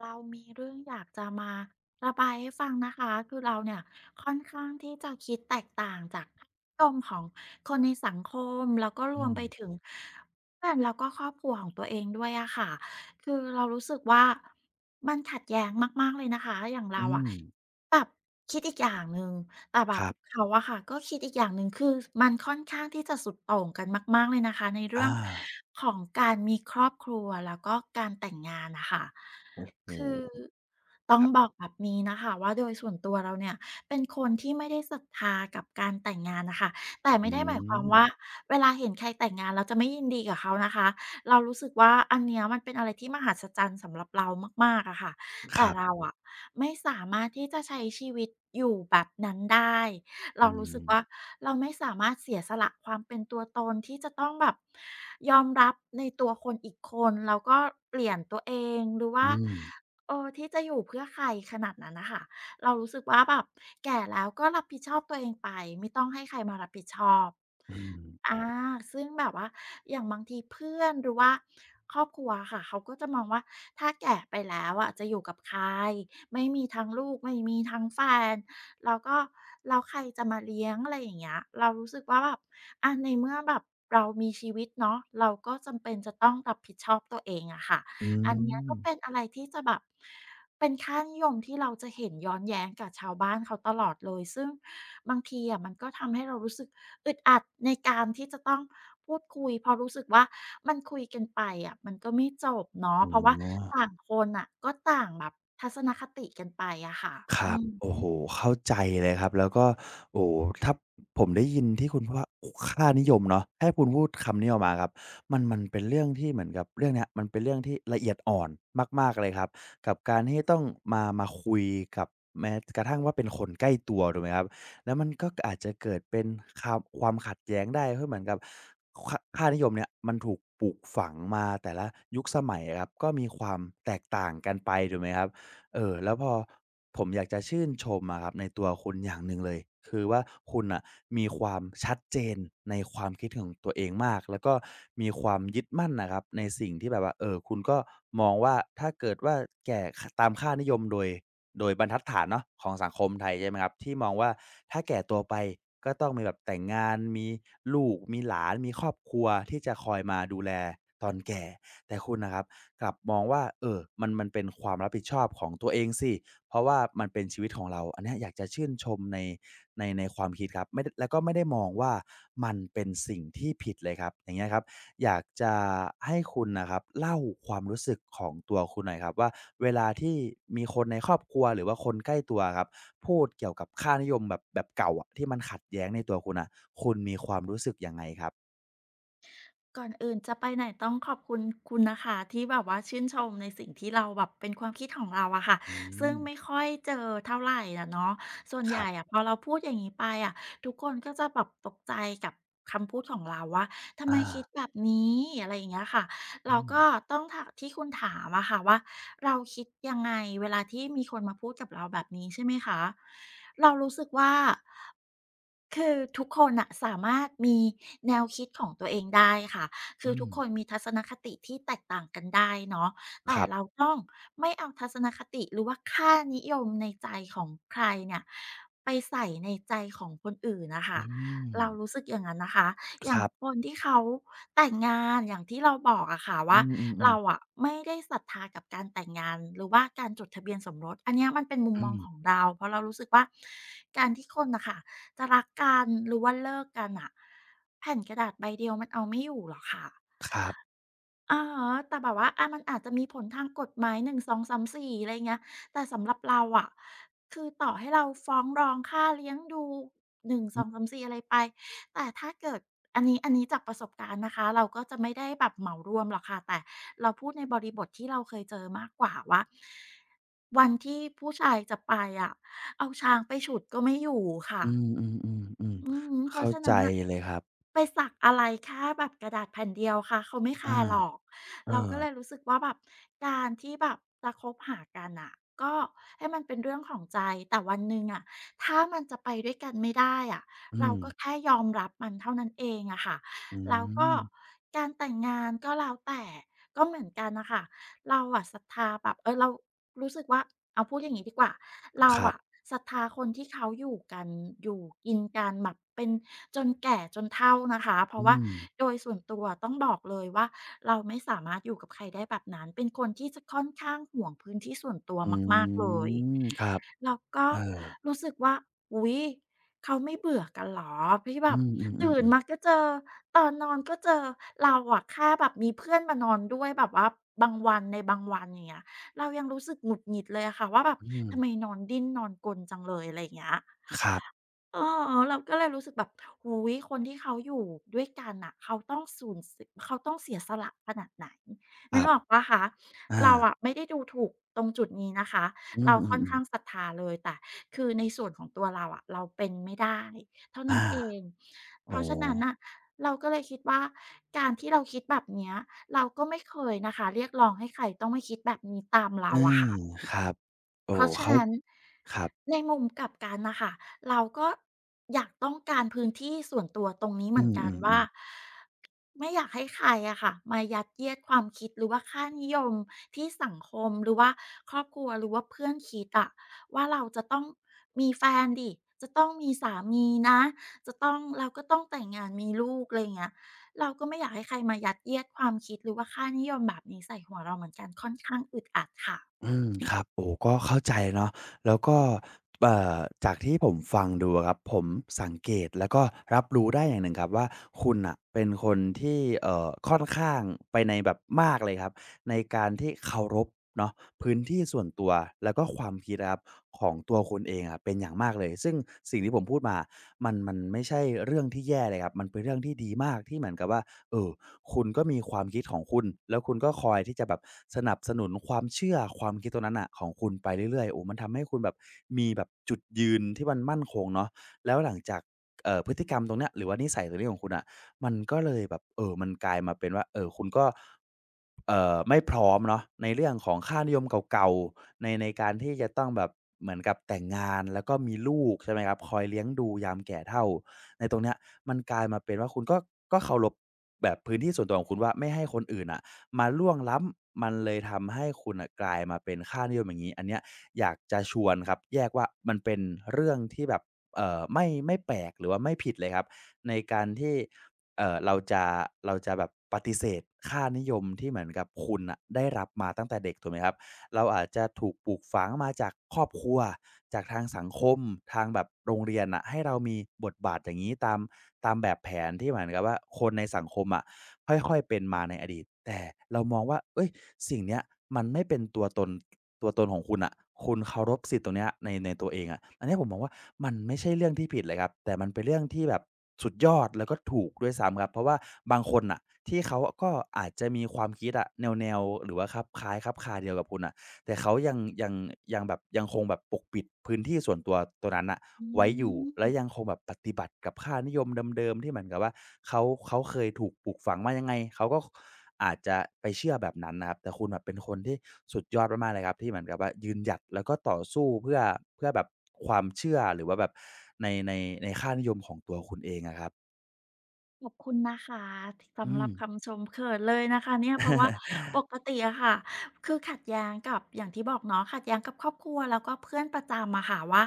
เรามีเรื่องอยากจะมาระบายให้ฟังนะคะคือเราเนี่ยค่อนข้างที่จะคิดแตกต่างจากค่านิยมของคนในสังคมแล้วก็รอืวมม ไปถึงเพื่อนแล้วก็ครอบครัวของตัวเองด้วยอะค่ะคือเรารู้สึกว่ามันขัดแย้งมากๆเลยนะคะอย่างอืเราอะม แบบคิดอีกอย่างหนึ่งแต่แบคบรับเขาอะค่ะก็คิดอีกอย่างหนึ่งคือมันค่อนข้างที่จะสุดโต่งกันมากๆเลยนะคะในเรื่ออางของการมีครอบครัวแล้วก็การแต่งงานน่ะค่ะ โอ้โฮคือต้องบอกแบบนี้นะคะว่าโดยส่วนตัวเราเนี่ยเป็นคนที่ไม่ได้ศรัทธากับการแต่งงานนะคะแต่อืไม่ได้หมายความม ว่าเวลาเห็นใครแต่งงานเราจะไม่ยินดีกับเขานะคะเรารู้สึกว่าอันเนี้ยมันเป็นอะไรที่มหัศจรรย์สำหรับเรามากๆอะค่ะคแต่รัเราบ อะไม่สามารถที่จะใช้ชีวิตอยู่แบบนั้นได้ อืเรารู้สึม กว่าเราไม่สามารถเสียสละความเป็นตัวตนที่จะต้องแบบ ยอมรับในตัวคนอีกคน แล้วก็เปลี่ยนตัวเอง หรือว่าอืม ที่จะอยู่เพื่อใครขนาดนั้นนะคะ เรารู้สึกว่าแบบแก่แล้วก็รับผิดชอบตัวเองไปไม่ต้องให้ใครมารับผิดชอบอืม อาซึ่งแบบว่าอย่างบางทีเพื่อน หรือว่าครอบครัวค่ะ เขาก็จะมองว่าถ้าแก่ไปแล้วอะจะอยู่กับใครไม่มีทั้งลูกไม่มีทั้งแฟน แล้วก็แล้วใครจะมาเลี้ยงอะไรอย่างเงี้ยเรารู้สึกว่าแบบอะในเมื่อแบบเรามีชีวิตเนาะเราก็จำเป็นจะต้องรับผิดชอบตัวเองอะค่ะอือันเนี้ยมก็เป็นอะไรที่จะแบบเป็นค่านิยมที่เราจะเห็นย้อนแย้งกับชาวบ้านเขาตลอดเลยซึ่งบางทีอะมันก็ทำให้เรารู้สึกอึดอัดในการที่จะต้องพูดคุยเพราะรู้สึกว่ามันคุยกันไปอะมันก็ไม่จบเนาะโอเพราะว่า๋อ ต่างคนอ่ะก็ต่างแบบทัศนคติกันไปอะค่ะครัอืบโอ้โฮม เข้าใจเลยครับแล้วก็โอ้โฮถ้าผมได้ยินที่คุณพูดว่าค่านิยมเนาะให้คุณพูดคำนี้ออกมาครับมันเป็นเรื่องที่เหมือนกับเรื่องเนี้ยมันเป็นเรื่องที่ละเอียดอ่อนมากๆเลยครับกับการที่ต้องมาคุยกับแม้กระทั่งว่าเป็นคนใกล้ตัวถูกไหมครับแล้วมันก็อาจจะเกิดเป็นความขัดแย้งได้เพราะเหมือนกับคค่านิยมเนี่ยมันถูกปลูกฝังมาแต่ละยุคสมัยอะครับก็มีความแตกต่างกันไปถูกไหมครับ เออแล้วผมอยากจะชื่นชมอะครับในตัวคุณอย่างหนึ่งเลยคือว่าคุณน่ะมีความชัดเจนในความคิดของตัวเองมากแล้วก็มีความยึดมั่นน่ะครับในสิ่งที่แบบว่าคุณก็มองว่าถ้าเกิดว่าแก่ตามค่านิยมโดยบรรทัดฐานเนาะของสังคมไทยใช่ไหมครับที่มองว่าถ้าแก่ตัวไปก็ต้องมีแบบแต่งงานมีลูกมีหลานมีครอบครัวที่จะคอยมาดูแลตอนแก่แต่คุณน่ะครับ กลับมองว่าเออมันเป็นความรับผิดชอบของตัวเองสิเพราะว่ามันเป็นชีวิตของเราอันเนี้ยอยากจะชื่นชมในในความคิดครับไม่ได้แล้วก็ไม่ได้มองว่ามันเป็นสิ่งที่ผิดเลยครับอย่างเงี้ยครับอยากจะให้คุณน่ะครับเล่าความรู้สึกของตัวคุณหน่อยครับว่าเวลาที่มีคนในครอบครัวหรือว่าคนใกล้ตัวอะครับพูดเกี่ยวกับค่านิยมแบบเก่าอะที่มันขัดแย้งในตัวคุณน่ะคุณมีความรู้สึกยังไงครับก่อนอื่นจะไปไหนต้องขอบคุณคุณนะคะที่แบบว่าชื่นชมในสิ่งที่เราแบบเป็นความคิดของเราอะค่ะอืซึ่มงไม่ค่อยเจอเท่าไหรอะเนาะส่วนคใหรัญ่อะบพอเราพูดอย่างนี้ไปอะทุกคนก็จะแบบตกใจกับคำพูดของเราว่าทำไมอาคิดแบบนี้อะไรอย่างเงี้ยค่ะอืเรามก็ต้องถามที่คุณถามอะค่ะว่าเราคิดยังไงเวลาที่มีคนมาพูดกับเราแบบนี้ใช่ไหมคะเรารู้สึกว่า คือทุกคนอะสามารถมีแนวคิดของตัวเองได้ค่ะ คืออืมทุกคนมีทัศนคติที่แตกต่างกันได้เนาะ คแต่รัเราบ ต้องไม่เอาทัศนคติหรือว่าค่านิยมในใจของใครเนี่ยไปใส่ในใจของคนอื่นนะอืคะมเรารู้สึกอย่างนั้นนะคะอคย่างรัคบนที่เขาแต่งงานอย่างที่เราบอกอะค่ะอืว่ามอืมเราอะไม่ได้ศรัทธากับการแต่งงานหรือว่าการจดทะเบียนสมรสอันเนี้ยมันเป็นมุมอืมองมของเราเพราะเรารู้สึกว่าการที่คนน่ะค่ะ จะรักกันหรือว่าเลิกกันอะแผ่นกระดาษใบเดียวมันเอาไม่อยู่หรอกค่ะครับอ๋ฮะแต่แบบว่ามันอาจจะมีผลทางกฎหมาย1 2 3 4องสามสี่อะไรเงี้ยแต่สำหรับเราอะคือต่อให้เราฟ้องร้องค่าเลี้ยงดู1 2 อ3 4องสามสี่อะไรไปแต่ถ้าเกิดอันนี้อันนี้จากประสบการณ์นะคะเราก็จะไม่ได้แบบเหมารวมหรอกค่ะแต่เราพูดในบริบทที่เราเคยเจอมากกว่าว่าวันที่ผู้ชายจะไปอะเอาช้างไปฉุดก็ไม่อยู่ค่ะ ืมอืมอืมอืมอืมเพเข้าราะฉะใจนั้นน่ะเลยครับไปสักอะไรแค่แบบกระดาษแผ่นเดียวค่ะเขาไม่แคอาร์หรอกเอเราอก็เลยรู้สึกว่าแบบการที่แบบจะคบหากันน่ะก็ให้มันเป็นเรื่องของใจแต่วันหนึ่งอะถ้ามันจะไปด้วยกันไม่ได้อะอืเรามก็แค่ยอมรับมันเท่านั้นเองอะค่ะอืแล้วก็มการแต่งงานก็แล้วแต่ก็เหมือนกันน่ะค่ะ เราอะศรัทธาแบบเรารู้สึกว่าเอาพูดอย่างงี้ดีกว่าเราครัอะบศรัทธาคนที่เขาอยู่กันอยู่กินกันแบบเป็นจนแก่จนเฒ่านะคะเพอืราะว่ามโดยส่วนตัวต้องบอกเลยว่าเราไม่สามารถอยู่กับใครได้แบบนั้นเป็นคนที่จะค่อนข้างห่วงพื้นที่ส่วนตัวอืมากๆเลยมครับแล้วก็เออรู้สึกว่าอุ๊ย เขาไม่เบื่อกันเหรอพี่แบอืบมอืตื่นอมาๆก็เจอตอนนอนก็เจอเราอะแค่แบบมีเพื่อนมานอนด้วยแบบว่าบางวันอย่างเงี้ยเรายังรู้สึกหงุดหงิดเลยอะค่ะว่าแบบๆอืมทำไมนอนดิ้นนอนกลจังเลยอะไรอย่างเงี้ย ครับอ๋อเราก็เลยรู้สึกแบบหู้โคนที่เขาอยู่ด้วยกันน่ะเขาต้องเสียสละขนาดไหนคนึรักออกบเปล่าคะอาเราอะไม่ได้ดูถูกตรงจุดนี้นะคะอืมเราอืค่อนอข้างศๆรัทธาเลยแต่คือในส่วนของตัวเราอะเราเป็นไม่ได้เท่านั้นอาเองเพโอ้ราะฉะนั้นน่ะเราก็เลยคิดว่าการที่เราคิดแบบเนี้ยเราก็ไม่เคยนะคะเรียกร้องให้ใครต้องมาคิดแบบนี้ตามเอเราอะอค่ะ ครับโอ้เพราะฉะเข้านั้นครับในมุมกลับกันน่ะค่ะเราก็อยากต้องการพื้นที่ส่วนตัวตรงนี้เหอืมือนกันว่ามๆๆ ไม่อยากให้ใครอะค่ะมายัดเยียดความคิดหรือว่าค่านิยมที่สังคมหรือว่าครอบครัวหรือว่าเพื่อนคิดอะว่าเราจะต้องมีแฟนดิจะต้องมีสามีนะจะต้องเราก็ต้องแต่งงานมีลูกไรยเงี้ยเราก็ไม่อยากให้ใครมายัดเยียดความคิดหรือว่าค่านิยมแบบนี้ใส่หัวเราเหมือนกันค่อนข้างอึดอัดค่ะอืมครับโอ้ก็เข้าใจเนาะแล้วก็เอ่อจากที่ผมฟังดูอะครับผมสังเกตแล้วก็รับรู้ได้อย่างหนึ่งครับว่าคุณน่ะเป็นคนที่ค่อนข้างไปในแบบมากเลยครับในการที่เคารพเนาะพื้นที่ส่วนตัวแล้วก็ความคิดอะครับของตัวคุณเองอะเป็นอย่างมากเลยซึ่งสิ่งที่ผมพูดมามันไม่ใช่เรื่องที่แย่เลยครับมันเป็นเรื่องที่ดีมากที่เหมือนกับว่าเอ่อ คุณก็มีความคิดของคุณแล้วคุณก็คอยที่จะแบบสนับสนุนความเชื่อความคิดตรงนั้นน่ะของคุณไปเรื่อยๆโอ้มันทำให้คุณแบบมีแบบจุดยืนที่มันมั่นคงเนาะแล้วหลังจากพฤติกรรมตรงเนี้ยหรือว่านิสัยตรงนี้ของคุณน่ะมันก็เลยแบบมันกลายมาเป็นว่าเอ่อคุณก็ไม่พร้อมเนาะในเรื่องของค่านิยมเก่าๆในการที่จะต้องแบบเหมือนกับแต่งงานแล้วก็มีลูกใช่ไหมครับคอยเลี้ยงดูยามแก่เฒ่า ในตรงเนี้ยมันกลายมาเป็นว่าคุณก็เคารพแบบพื้นที่ส่วนตัวของคุณว่าไม่ให้คนอื่นอ่ะมาล่วงล้ำมันเลยทำให้คุณอ่ะกลายมาเป็นค่านิยมอย่างนี้อันเนี้ยอยากจะชวนครับแยกว่ามันเป็นเรื่องที่แบบไม่แปลกหรือว่าไม่ผิดเลยครับในการที่เอ่อเราจะเราจะแบบปฏิเสธค่านิยมที่เหมือนกับคุณอ่ะได้รับมาตั้งแต่เด็กถูกไหมครับ เราอาจจะถูกปลูกฝังมาจากครอบครัวจากทางสังคมทางแบบโรงเรียนน่ะให้เรามีบทบาทอย่างงี้ตามแบบแผนที่เหมือนกับว่าคนในสังคมอะค่อยๆเป็นมาในอดีตแต่เรามองว่าเฮ้ยสิ่งเนี้ยมันไม่เป็นตัวตนของคุณน่ะคุณเคารพสิทธิ์ตรงเนี้ยในตัวเองอะอันเนี้ยผมมองว่ามันไม่ใช่เรื่องที่ผิดเลยครับแต่มันเป็นเรื่องที่แบบสุดยอดแล้วก็ถูกด้วยซ้ำครับเพราะว่าบางคนน่ะที่เขาก็อาจจะมีความคิดอะแนวๆหรือว่าคลับคล้ายคลับคลาเดียวกับคุณน่ะ แต่เขายังยังแบบยังคงแบบปกปิดพื้นที่ส่วนตัวตัวนั้นน่ะอืไว้อยู่และม ยังคงแบบปฏิบัติกับค่านิยมเดิมๆที่เหมือนกับว่าเขาเขาเคยถูกปลูกฝังมายังไงเขาก็คอาจจะไปเชื่อแบบนั้นนะครับแต่คุณน่ะเป็นคนที่สุดยอดมากๆเลยครับที่เหมือนกับว่ายืนหยัดแล้วก็ต่อสู้เพื่อเพื่อแบบความเชื่อหรือว่าแบบในในค่านิยมของตัวคุณเองอะครับขอบคุณนะคะที่อืสำหรัม บคำชมเขินเลยนะคะเนี่ยเพราะว่า ปกติอะค่ะคือขัดแย้งกับอย่างที่บอกเนาะขัดแย้งกับครอบครัวแล้วก็เพื่อนประจำอะค่ะว่า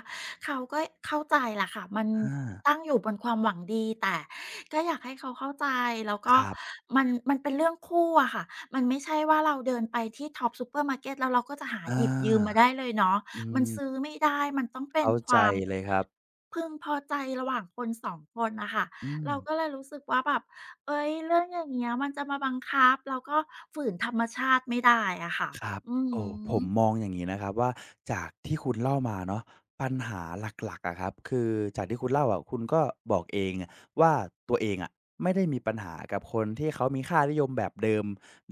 เขาก็เข้าใจแหละค่ะมันอาตั้งอยู่บนความหวังดีแต่ก็อยากให้เขาเข้าใจแล้วคก็รับมันเป็นเรื่องคู่อะค่ะมันไม่ใช่ว่าเราเดินไปที่ท็อปซูเปอร์มาร์เก็ตแล้วเราก็จะหาอาหยิบยืมมาได้เลยเนาะอืมันมซื้อไม่ได้มันต้องเป็นเข้าคใจวาม เลยครับพึงพอใจระหว่างคนสองคนน่ะค่ะอืม เราก็เลยรู้สึกว่าแบบเฮ้ยเรื่องอย่างเงี้ยมันจะมาบังคับเราก็ฝืนธรรมชาติไม่ได้อะค่ะครับอือโอ้ฮึ ผมมองอย่างนี้นะครับว่าจากที่คุณเล่ามาเนาะปัญหาหลักๆอะครับคือจากที่คุณเล่าอะคุณก็บอกเองว่าตัวเองอะไม่ได้มีปัญหากับคนที่เขามีค่านิยมแบบเดิม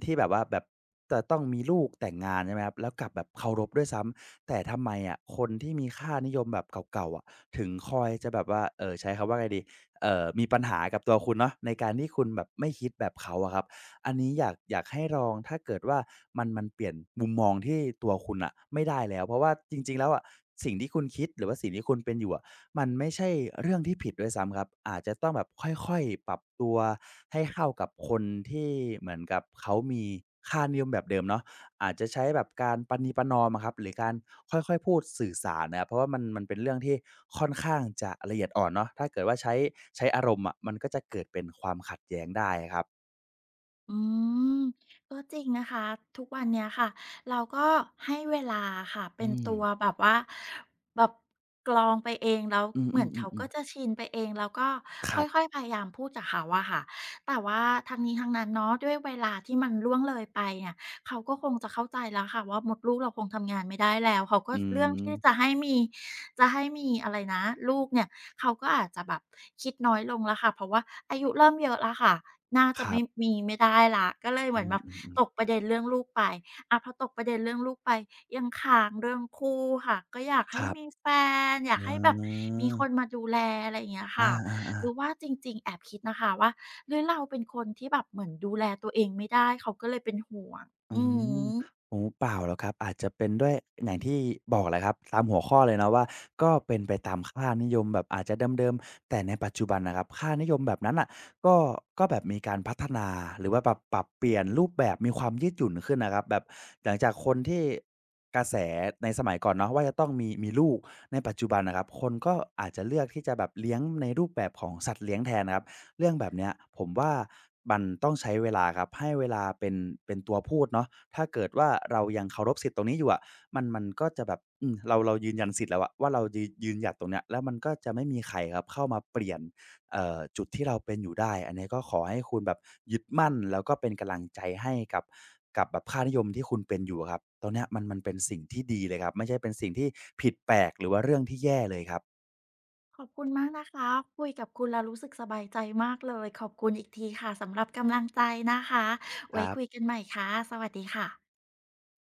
ที่แบบว่าแบบจะต้องมีลูกแต่งงานใช่ไหมครับแล้วกลับแบบเคารพด้วยซ้ำแต่ทำไมอะคนที่มีค่านิยมแบบเก่าๆอะถึงคอยจะแบบว่าใช้คำว่าไงดีมีปัญหากับตัวคุณเนาะในการที่คุณแบบไม่คิดแบบเขาอะครับ อันนี้อยากให้ลองถ้าเกิดว่ามันเปลี่ยนมุมมองที่ตัวคุณน่ะไม่ได้แล้วเพราะว่าจริงๆแล้วอะสิ่งที่คุณคิดหรือว่าสิ่งที่คุณเป็นอยู่อะมันไม่ใช่เรื่องที่ผิดด้วยซ้ำครับอาจจะต้องแบบค่อยๆปรับตัวให้เข้ากับคนที่เหมือนกับเขามีค่านิยมแบบเดิมเนาะอาจจะใช้แบบการประนีประนอมอะครับหรือการค่อยๆพูดสื่อสารนะครับเพราะว่ามันเป็นเรื่องที่ค่อนข้างจะละเอียดอ่อนเนาะถ้าเกิดว่าใช้อารมณ์อะมันก็จะเกิดเป็นความขัดแย้งได้อะครับอืมก็จริงนะคะทุกวันเนี้ยค่ะเราก็ให้เวลาค่ะอืเป็นม ตัวแบบว่าแบบกรองไปเองแล้วอืเหมือนมเขาก็ๆๆจะๆชินไปเองแล้วก็ครัค่อยบๆพยายามพูดกับเขาอะค่ะแต่ว่าทั้งนี้ทั้งนั้นเนาะด้วยเวลาที่มันล่วงเลยไปเนี่ยเขาก็คงจะเข้าใจแล้วค่ะว่ามดลูกเราคงทำงานไม่ได้แล้วเขาก็อืเรื่องที่จะมให้มี จะให้มีอะไรนะลูกเนี่ยเขาก็อาจจะแบบคิดน้อยลงแล้วค่ะเพราะว่าอายุเริ่มเยอะแล้วค่ะน่าคจะรัไม่บมีไม่ได้แล้วก็เลยเหอืมือนแบบมตๆกๆประเด็นเรื่องลูกไปอะพอตกประเด็นเรื่องลูกไปยังค้างเรื่องคู่ค่ะก็อยากคให้รับมีแฟนออ๋ยากให้แบบอมีคนมาดูแลอะไรอย่างเงี้ยอาค่ะหรืๆอๆ ว่าจริงๆแอบคิดนะคะว่าหรือเราเป็นคนที่แบบเหมือนดูแลตัวเองไม่ได้เขาก็เลยเป็นห่วงอือือฮมึ โอ้เปล่าหรอกครับอาจจะเป็นด้วยอย่างที่บอกแหละครับตามหัวข้อเลยเนาะว่าก็เป็นไปตามค่านิยมแบบอาจจะเดิมๆแต่ในปัจจุบันน่ะครับค่านิยมแบบนั้นน่ะก็ก็แบบมีการพัฒนาหรือว่าปรับเปลี่ยนรูปแบบมีความยืดหยุ่นขึ้นน่ะครับแบบหลังจากคนที่กระแสในสมัยก่อนเนาะว่าจะต้องมีลูกในปัจจุบันน่ะครับคนก็อาจจะเลือกที่จะแบบเลี้ยงในรูปแบบของสัตว์เลี้ยงแทนนะครับ เรื่องแบบเนี้ยผมว่ามันต้องใช้เวลาครับให้เวลาเป็นตัวพูดเนาะถ้าเกิดว่าเรายังเคารพสิทธิ์ตรงนี้อยู่อะมันก็จะแบบอืมเรายืนยันสิทธิ์แล้วอะว่าเรายืนยืนหยัดตรงเนี้ยแล้วมันก็จะไม่มีใครครับเข้ามาเปลี่ยนจุดที่เราเป็นอยู่ได้อันนี้ก็ขอให้คุณแบบยึดมั่นแล้วก็เป็นกำลังใจให้กับกับแบบค่านิยมที่คุณเป็นอยู่อะครับตรงเนี้ยมันเป็นสิ่งที่ดีเลยครับไม่ใช่เป็นสิ่งที่ผิดแปลกหรือว่าเรื่องที่แย่เลยครับขอบคุณมากนะคะคุยกับคุณแล้วรู้สึกสบายใจมากเลยขอบคุณอีกทีค่ะสำหรับกำลังใจนะคะคไว้รัคุยบกันใหม่ค่ะสวัสดีค่ะ